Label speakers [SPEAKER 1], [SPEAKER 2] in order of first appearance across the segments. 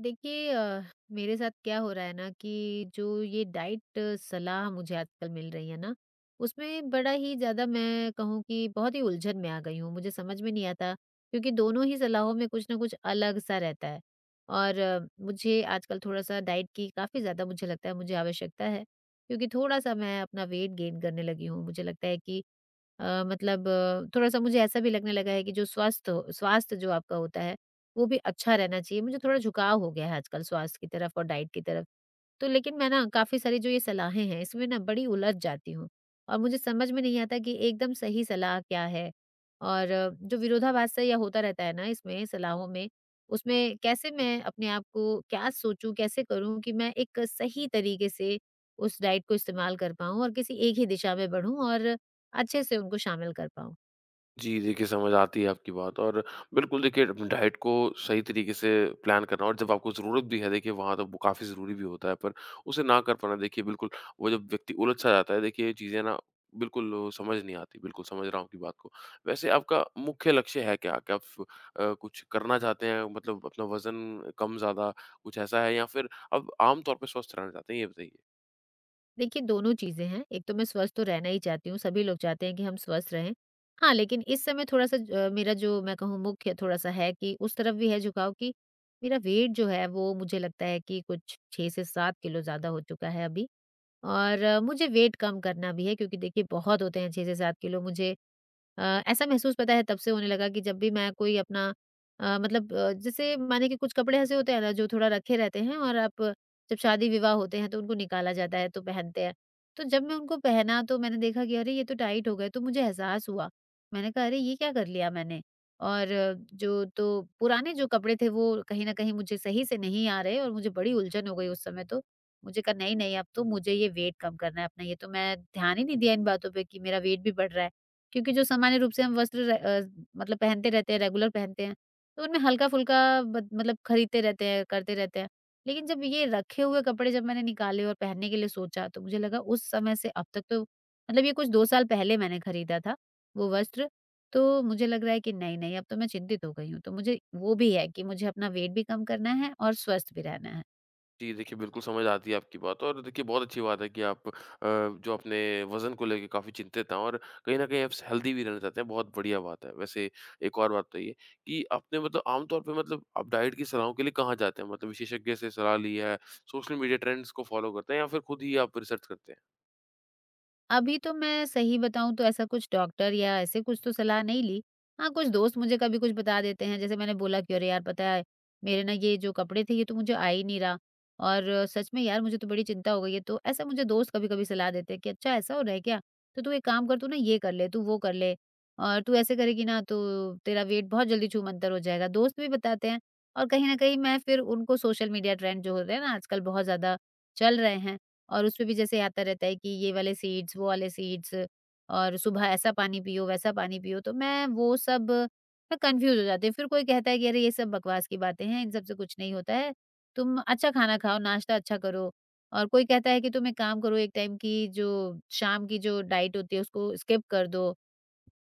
[SPEAKER 1] देखिए मेरे साथ क्या हो रहा है ना कि जो ये डाइट सलाह मुझे आजकल मिल रही है ना, उसमें बड़ा ही ज़्यादा मैं कहूँ कि बहुत ही उलझन में आ गई हूँ। मुझे समझ में नहीं आता क्योंकि दोनों ही सलाहों में कुछ ना कुछ अलग-सा रहता है। और मुझे आजकल थोड़ा-सा डाइट की काफ़ी ज़्यादा मुझे लगता है मुझे आवश्यकता है, क्योंकि थोड़ा-सा मैं अपना वेट गेन करने लगी हूँ। मुझे लगता है कि मतलब थोड़ा-सा मुझे ऐसा भी लगने लगा है कि जो स्वस्थ स्वास्थ्य जो आपका होता है, वो भी अच्छा रहना चाहिए। मुझे थोड़ा झुकाव हो गया है आजकल स्वास्थ्य की तरफ और डाइट की तरफ। तो लेकिन मैं ना काफ़ी सारी जो ये सलाहें हैं, इसमें ना बड़ी उलझ जाती हूँ और मुझे समझ में नहीं आता कि एकदम सही सलाह क्या है? और जो विरोधाभास सा या होता रहता है ना इसमें सलाहों में, उसमें कैसे मैं अपने आप को क्या सोचूँ, कैसे करूँ कि मैं एक सही तरीके से उस डाइट को इस्तेमाल कर पाऊँ और किसी एक ही दिशा में बढ़ूँ और अच्छे से उनको शामिल कर पाऊँ?
[SPEAKER 2] जी, देखिए समझ आती है आपकी बात। और बिल्कुल, देखिए अपनी डाइट को सही तरीके से प्लान करना, और जब आपको ज़रूरत भी है देखिए वहाँ, तो वो काफ़ी ज़रूरी भी होता है। पर उसे ना कर पाना, देखिए बिल्कुल वो जब व्यक्ति उलझ-सा जाता है, देखिए ये चीज़ें ना बिल्कुल वो समझ नहीं आती। बिल्कुल समझ रहा हूँ आपकी बात को। वैसे आपका मुख्य लक्ष्य है क्या? क्या आप कुछ करना चाहते हैं, मतलब अपना वज़न कम-ज़्यादा कुछ ऐसा है, या फिर आप आम तौर पे स्वस्थ रहना चाहते हैं? ये बताइए।
[SPEAKER 1] देखिए, दोनों चीज़ें हैं। एक तो मैं स्वस्थ तो रहना ही चाहती हूँ, सभी लोग चाहते हैं कि हम स्वस्थ रहें। हाँ, लेकिन इस समय थोड़ा-सा मेरा जो मैं कहूँ मुख्य थोड़ा-सा है कि उस तरफ भी है झुकाव कि मेरा वेट जो है वो मुझे लगता है कि कुछ 6 से 7 किलो ज़्यादा हो चुका है अभी। और मुझे वेट कम करना भी है, क्योंकि देखिए बहुत होते हैं 6 से 7 किलो। मुझे ऐसा महसूस पता है तब से होने लगा कि जब भी मैं कोई अपना जैसे माने कि कुछ कपड़े ऐसे होते हैं ना जो थोड़ा रखे रहते हैं और आप जब शादी विवाह होते हैं तो उनको निकाला जाता है, तो पहनते हैं। तो जब मैं उनको पहना तो मैंने देखा कि अरे ये तो टाइट हो गए, तो मुझे एहसास हुआ। मैंने कहा अरे ये क्या कर लिया मैंने? और जो तो पुराने जो कपड़े थे वो कहीं न कहीं मुझे सही से नहीं आ रहे और मुझे बड़ी उलझन हो गई उस समय तो। मुझे कहा नहीं, नहीं अब तो मुझे ये वेट कम करना है अपना, ये तो मैं ध्यान ही नहीं दिया इन बातों पे कि मेरा वेट भी बढ़ रहा है। क्योंकि जो सामान्य रूप से हम वस्त्र र अ, मतलब पहनते रहते हैं, रेगुलर पहनते हैं, तो उनमें हल्का-फुल्का बत मतलब खरीदते रहते हैं, करते रहते हैं। लेकिन जब ये रखे हुए कपड़े जब मैंने निकाले और पहनने के लिए सोचा, तो मुझे लगा उस समय से अब तक तो मतलब ये कुछ 2 साल पहले मैंने खरीदा था वो वस्त्र, तो मुझे लग रहा है कि नहीं, नहीं अब तो मैं चिंतित हो गई हूँ। तो मुझे वो भी है कि मुझे अपना वेट भी कम करना है और स्वस्थ भी रहना है।
[SPEAKER 2] जी, देखिए बिल्कुल समझ आती है आपकी बात। और देखिए बहुत अच्छी बात है कि आप जो अपने वज़न को लेके काफ़ी चिंतित हैं, और कहीं न कहीं आप हेल्दी भी रहना चाहते हैं, बहुत बढ़िया बात है। वैसे एक और बात बताइए, कि आपने मतलब आम तौर पे मतलब आप डाइट की सलाहों के लिए कहाँ जाते हैं? मतलब विशेषज्ञ से सलाह ली है, सोशल मीडिया ट्रेंड्स को फ़ॉलो करते हैं, या फिर खुद ही आप रिसर्च करते हैं?
[SPEAKER 1] अभी तो मैं सही बताऊँ तो ऐसा कुछ डॉक्टर या ऐसे कुछ तो सलाह नहीं ली। हाँ, कुछ दोस्त मुझे कभी कुछ बता देते हैं, जैसे मैंने बोला कि अरे यार पता है, मेरे ना ये जो कपड़े थे ये तो मुझे आ ही नहीं रहा और सच में यार मुझे तो बड़ी चिंता हो गई है। तो ऐसा मुझे दोस्त कभी-कभी सलाह देते हैं कि अच्छा ऐसा हो रहा है क्या? तो तू एक काम कर, तू ना ये कर ले, तू वो कर ले और तू ऐसे करेगी ना तो तेरा वेट बहुत जल्दी छूमंतर हो जाएगा। दोस्त भी बताते हैं और कहीं न कहीं मैं फिर उनको सोशल मीडिया ट्रेंड जो हो रहे हैं ना आजकल बहुत ज़्यादा चल रहे हैं, और उसमें भी जैसे आता रहता है कि ये वाले सीड्स, वो वाले सीड्स और सुबह ऐसा पानी पियो, वैसा पानी पियो, तो मैं वो सब मैं कन्फ्यूज़ हो जाती हूँ। फिर कोई कहता है कि अरे ये सब बकवास की बातें हैं, इन सब से कुछ नहीं होता है, तुम अच्छा खाना खाओ, नाश्ता अच्छा करो। और कोई कहता है कि तुम एक काम करो, एक टाइम की जो शाम की जो डाइट होती है उसको स्किप कर दो।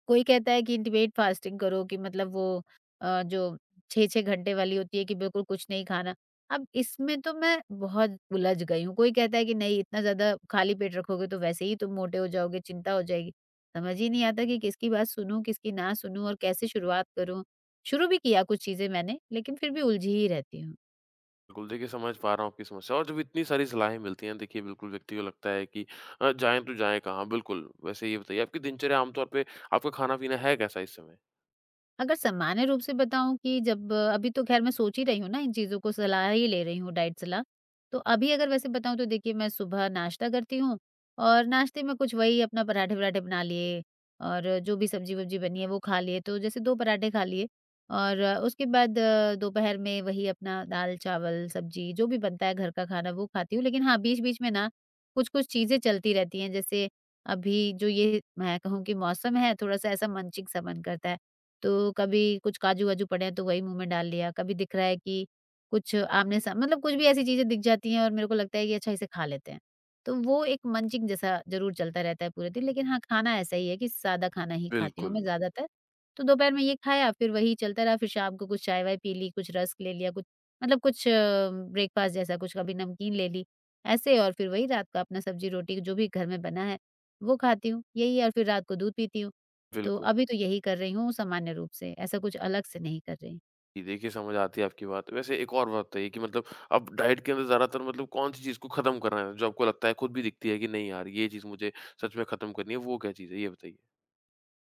[SPEAKER 1] कोई कहता है कि इंटिमेट फास्टिंग करो, कि मतलब वो जो 6-6 घंटे वाली होती है कि बिल्कुल कुछ नहीं खाना। अब इसमें तो मैं बहुत उलझ गई हूँ। कोई कहता है कि नहीं, इतना ज़्यादा खाली पेट रखोगे तो वैसे ही तुम मोटे हो जाओगे, चिंता हो जाएगी। समझ ही नहीं आता कि किसकी बात सुनूँ, किसकी ना सुनूँ और कैसे शुरुआत करूँ? शुरू भी किया कुछ चीज़ें मैंने, लेकिन फिर भी उलझी ही रहती हूँ।
[SPEAKER 2] बिल्कुल, देखिए समझ पा रहा हूँ आपकी समस्या। और जब इतनी सारी सलाहें मिलती हैं देखिए, बिल्कुल व्यक्ति को लगता है कि जाएँ तो जाएँ कहाँ? बिल्कुल, वैसे ये बताइए, आपकी दिनचर्या आम तौर पे आपका खाना-पीना है कैसा इस समय?
[SPEAKER 1] अगर सामान्य रूप से बताऊँ कि जब अभी तो ख़ैर मैं सोच ही रही हूँ ना इन चीज़ों को, सलाह ही ले रही हूँ, डाइट सलाह। तो अभी अगर वैसे बताऊँ तो देखिए मैं सुबह नाश्ता करती हूँ और नाश्ते में कुछ वही अपना पराठे-वराठे बना लिए और जो भी सब्ज़ी-वब्ज़ी बनी है वो खा लिए। तो जैसे 2 पराठे खा लिए और उसके बाद दोपहर में वही अपना दाल-चावल, सब्ज़ी जो भी बनता है घर का खाना वो खाती हूँ। लेकिन हाँ, बीच-बीच में ना कुछ-कुछ चीज़ें चलती रहती हैं। जैसे अभी जो ये मैं कहूँ कि मौसम है थोड़ा-सा ऐसा मनचिक सा मन करता है। तो कभी कुछ काजू-वाजू पड़े हैं तो वही मुँह में डाल लिया, कभी दिख रहा है कि कुछ आमने-सा मतलब कुछ भी ऐसी चीज़ें दिख जाती हैं और मेरे को लगता है कि अच्छा इसे खा लेते हैं। तो वो एक मंचिंग जैसा ज़रूर चलता रहता है पूरे दिन, लेकिन हाँ, खाना ऐसा ही है कि सादा खाना ही खाती हूँ मैं
[SPEAKER 2] बिल्कुल,
[SPEAKER 1] ज़्यादातर। तो दोपहर में ये खाया, फिर वही चलता रहा, फिर शाम को कुछ चाय-वाय पी ली, कुछ रस्क ले लिया, कुछ मतलब कुछ ब्रेकफ़ास्ट जैसा कुछ, कभी नमकीन ले ली, ऐसे, और फिर वही रात का अपना सब्ज़ी-रोटी जो भी घर में बना है, वो खाती हूँ, यही है और फिर रात को दूध पीती हूँ। तो
[SPEAKER 2] बिल्कुल।
[SPEAKER 1] अभी तो यही कर रही हूँ सामान्य रूप से, ऐसा कुछ अलग से नहीं कर रही।
[SPEAKER 2] जी, देखिए समझ आती है आपकी बात। वैसे एक और बात बताइए, कि मतलब आप डाइट के अंदर ज़्यादातर मतलब कौन-सी चीज़ को ख़त्म कर रहे हैं? जो आपको लगता है, खुद भी दिखती है कि नहीं यार ये चीज़ मुझे सच में ख़त्म करनी है, वो क्या चीज़ है? ये बताइए।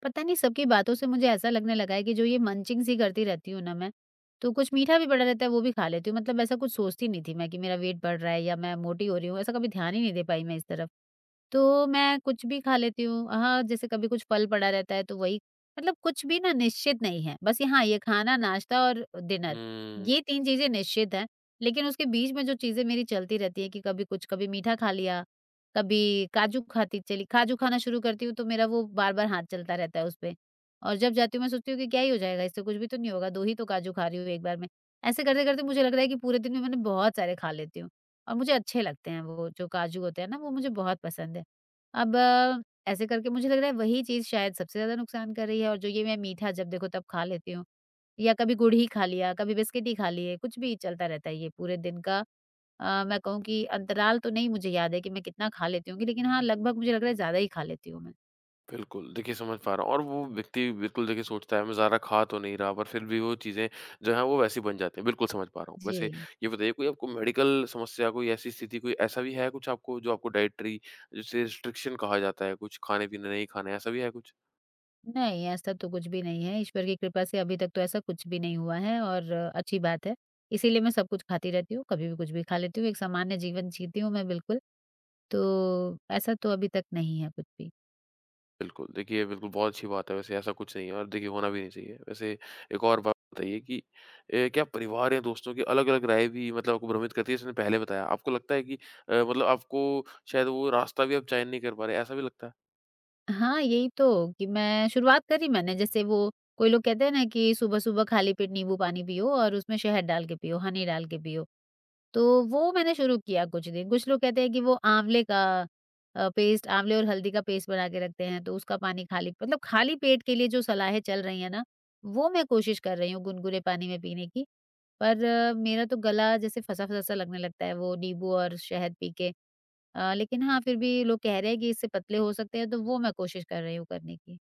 [SPEAKER 1] पता नहीं सबकी बातों से मुझे ऐसा लगने लगा है कि जो ये मंचिंग सी करती रहती हूँ ना मैं, तो कुछ मीठा भी पड़ा रहता है वो भी खा लेती हूँ। मतलब ऐसा कुछ सोचती नहीं थी मैं कि मेरा वेट बढ़ रहा है या मैं मोटी हो रही हूँ, ऐसा कभी ध्यान ही नहीं दे पाई मैं इस तरफ। तो मैं कुछ भी खा लेती हूँ। हाँ, जैसे कभी कुछ फल पड़ा रहता है तो वही, मतलब कुछ भी ना निश्चित नहीं है। बस ये हाँ, ये खाना, नाश्ता और डिनर,
[SPEAKER 2] हुँ,
[SPEAKER 1] ये 3 चीज़ें निश्चित हैं। लेकिन उसके बीच में जो चीज़ें मेरी चलती रहती हैं कि कभी कुछ, कभी मीठा खा लिया, कभी काजू खाती चली काजू खाना शुरू करती हूँ तो मेरा वो बार-बार हाथ चलता रहता है उसपे। और जब जाती हूँ मैं सोचती हूँ कि क्या ही हो जाएगा, इससे कुछ भी तो नहीं होगा, 2 ही तो काजू खा रही हूँ एक बार में। ऐसे करते-करते मुझे लग रहा है कि पूरे दिन में मैंने बहुत सारे खा लेती हूँ और मुझे अच्छे लगते हैं वो, जो काजू होते हैं ना वो मुझे बहुत पसंद है। अब ऐसे करके मुझे लग रहा है वही चीज़ शायद सबसे ज़्यादा नुकसान कर रही है और जो ये मैं मीठा जब देखो तब खा लेती हूँ या कभी गुड़ ही खा लिया, कभी बिस्किट ही खा लिए, कुछ भी चलता रहता है ये पूरे दिन का मैं कहूँ कि अंतराल। तो नहीं मुझे याद है कि मैं कितना खा लेती हूँ, लेकिन हाँ, लगभग मुझे लग रहा है ज़्यादा ही खा लेती हूँ मैं।
[SPEAKER 2] बिल्कुल। देखिए समझ पा रहा हूँ। और वो व्यक्ति बिल्कुल, देखिए सोचता है मैं ज़्यादा खा तो नहीं रहा, पर फिर भी वो चीज़ें जो हैं वो वैसी बन जाती हैं। बिल्कुल समझ पा रहा हूँ।
[SPEAKER 1] जी।
[SPEAKER 2] वैसे ये बताइए, कोई आपको मेडिकल समस्या, कोई ऐसी स्थिति, कोई ऐसा भी है कुछ आपको, जो आपको डाइटरी जिसे रिस्ट्रिक्शन कहा जाता है, कुछ खाने-पीने नहीं खाना है, ऐसा भी है कुछ?
[SPEAKER 1] नहीं, ऐसा तो कुछ भी नहीं है, ईश्वर की कृपा से अभी तक तो ऐसा कुछ भी नहीं हुआ है और अच्छी बात है। इसीलिए मैं सब कुछ खाती रहती हूँ, कभी भी कुछ भी खा लेती हूँ, एक सामान्य जीवन जीती हूँ मैं बिल्कुल, तो ऐसा तो अभी तक नहीं है कुछ भी।
[SPEAKER 2] बिल्कुल, देखिए ये बिल्कुल बहुत अच्छी बात है, वैसे ऐसा कुछ नहीं है और देखिए होना भी नहीं चाहिए। वैसे एक और बात बताइए कि क्या परिवार या दोस्तों की अलग-अलग राय भी मतलब आपको भ्रमित करती है, जैसे आपने पहले बताया। आपको लगता है कि मतलब आपको शायद वो रास्ता भी आप चयन नहीं कर पा रहे, ऐसा भी लगता है?
[SPEAKER 1] हाँ, यही तो कि मैं शुरुआत करी मैंने जैसे वो, कोई लोग कहते हैं ना कि सुबह-सुबह खाली पेट नींबू पानी पियो और उसमें शहद डाल के पियो, हनी डाल के पियो। तो वो मैंने शुरू किया कुछ दिन। कुछ लोग कहते हैं कि वो आँवले का पेस्ट, आँवले और हल्दी का पेस्ट बना के रखते हैं, तो उसका पानी खाली मतलब खाली पेट के लिए जो सलाहें चल रही हैं ना, वो मैं कोशिश कर रही हूँ गुनगुने पानी में पीने की। पर मेरा तो गला जैसे फँसा-फँसा सा लगने लगता है वो नींबू और शहद पी के। लेकिन हाँ, फिर भी लोग कह रहे हैं कि इससे पतले हो सकते हैं, तो वो मैं कोशिश कर रही हूँ करने की।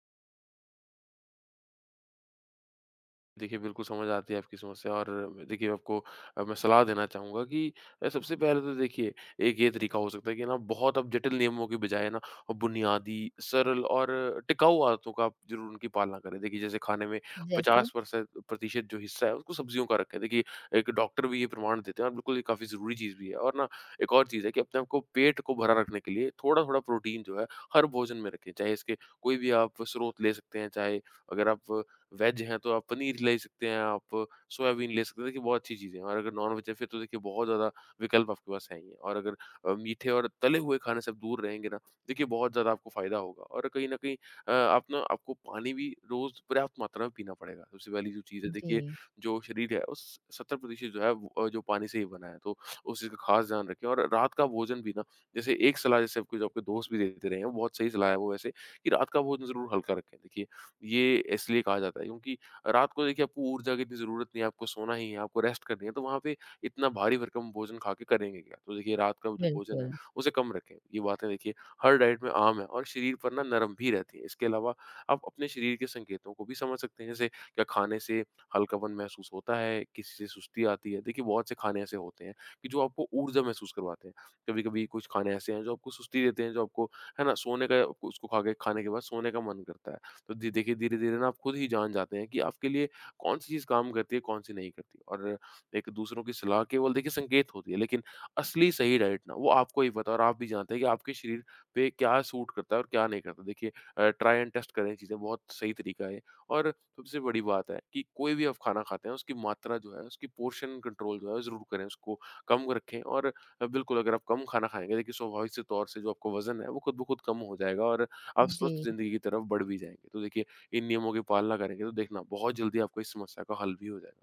[SPEAKER 2] देखिए, बिल्कुल समझ आती है आपकी समस्या। और देखिए आपको मैं सलाह देना चाहूँगा कि सबसे पहले तो देखिए, एक ये तरीका हो सकता है कि ना बहुत अब जटिल नियमों की बजाय ना बुनियादी, सरल और टिकाऊ आदतों का आप ज़रूर उनकी पालना करें। देखिए जैसे खाने में
[SPEAKER 1] जैसे?
[SPEAKER 2] 50 परसेंट प्रतिशत जो हिस्सा है उसको सब्जियों का रखें। देखिए एक डॉक्टर भी ये प्रमाण देते हैं, और बिल्कुल ये काफ़ी ज़रूरी चीज़ भी है। और ना एक और चीज़ है कि अपने आप को, पेट को भरा रखने के लिए थोड़ा-थोड़ा प्रोटीन जो है हर भोजन में रखें। चाहे इसके कोई भी आप स्रोत ले सकते हैं, चाहे अगर आप वेज हैं तो आप पनीर ले सकते हैं, आप सोयाबीन ले सकते हैं, देखिए बहुत अच्छी चीज़ें हैं। और अगर नॉन-वेज है फिर तो देखिए बहुत ज़्यादा विकल्प आपके पास हैं ही हैं। और अगर मीठे और तले हुए खाने से आप दूर रहेंगे ना, देखिए बहुत ज़्यादा आपको फ़ायदा होगा। और कहीं न कहीं आप ना आपको पानी भी रोज़ पर्याप्त मात्रा में पीना पड़ेगा। सबसे पहली जो चीज़ है देखिए,
[SPEAKER 1] जी,
[SPEAKER 2] जो शरीर है उस 70% जो है वो जो पानी से ही बना है, तो उस चीज़ का ख़ास ध्यान रखें। और रात का भोजन भी ना, जैसे एक सलाह जैसे आपके जो आपके दोस्त भी देते रहे हैं, बहुत सही सलाह है वो वैसे, कि रात का भोजन ज़रूर हल्का रखें। देखिए ये इसलिए कहा जाता है क्योंकि रात को देखिए आपको ऊर्जा की इतनी ज़रूरत नहीं है, आपको सोना ही है, आपको रेस्ट करनी है, तो वहाँ पे इतना भारी भरकम भोजन खा के करेंगे क्या? तो देखिए रात का जो भोजन है,
[SPEAKER 1] बिल्कुल।
[SPEAKER 2] उसे कम रखें। ये बातें देखिए हर डाइट में आम है, और शरीर पर ना नरम भी रहती है। इसके अलावा आप अपने शरीर के संकेतों को भी समझ सकते हैं, जैसे क्या खाने से हल्कापन महसूस होता है, किसी से सुस्ती आती है। देखिए बहुत से खाने ऐसे होते हैं कि जो आपको ऊर्जा महसूस करवाते हैं। कभी-कभी कुछ खाने ऐसे हैं जो आपको सुस्ती देते हैं, जो आपको है ना सोने का, उसको खा के, खाने के बाद सोने का मन करता है। तो धी देखिए धीरे-धीरे ना आप खुद ही जान जाते हैं कि आपके लिए कौन-सी चीज़ काम करती है, कौन-सी नहीं करती। और एक दूसरों की सलाह केवल देखिए संकेत होती है, लेकिन असली सही डाइट ना वो आपको ही पता है, और आप भी जानते हैं कि आपके शरीर पे क्या सूट करता है और क्या नहीं करता। देखिए ट्राई एंड टेस्ट करें चीज़ें, बहुत सही तरीका है। और सबसे बड़ी बात है कि कोई भी आप खाना खाते हैं उसकी मात्रा जो है, उसकी पोर्शन कंट्रोल जो है ज़रूर करें, उसको कम रखें। और बिल्कुल अगर आप कम खाना खाएँगे देखिए, स्वाभाविक से तौर से जो आपका वज़न है वो खुद ब खुद कम हो जाएगा, और आप स्वस्थ
[SPEAKER 1] जी।
[SPEAKER 2] ज़िंदगी की तरफ बढ़ भी जाएँगे। तो देखिए, इन नियमों की पालना करेंगे तो देखना बहुत जल्दी आपको इस समस्या का हल भी हो जाएगा।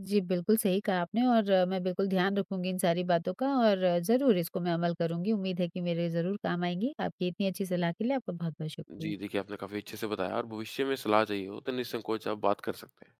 [SPEAKER 1] जी, बिल्कुल सही कहा आपने और मैं बिल्कुल ध्यान रखूँगी इन सारी बातों का और ज़रूर इसको मैं अमल करूँगी। उम्मीद है कि मेरे ज़रूर काम आएँगी। आपकी इतनी अच्छी सलाह के लिए आपका बहुत-बहुत
[SPEAKER 2] जी,
[SPEAKER 1] शुक्रिया।
[SPEAKER 2] देखिए आपने काफ़ी अच्छे से बताया, और भविष्य में सलाह चाहिए हो तो निसंकोच आप बात कर सकते हैं।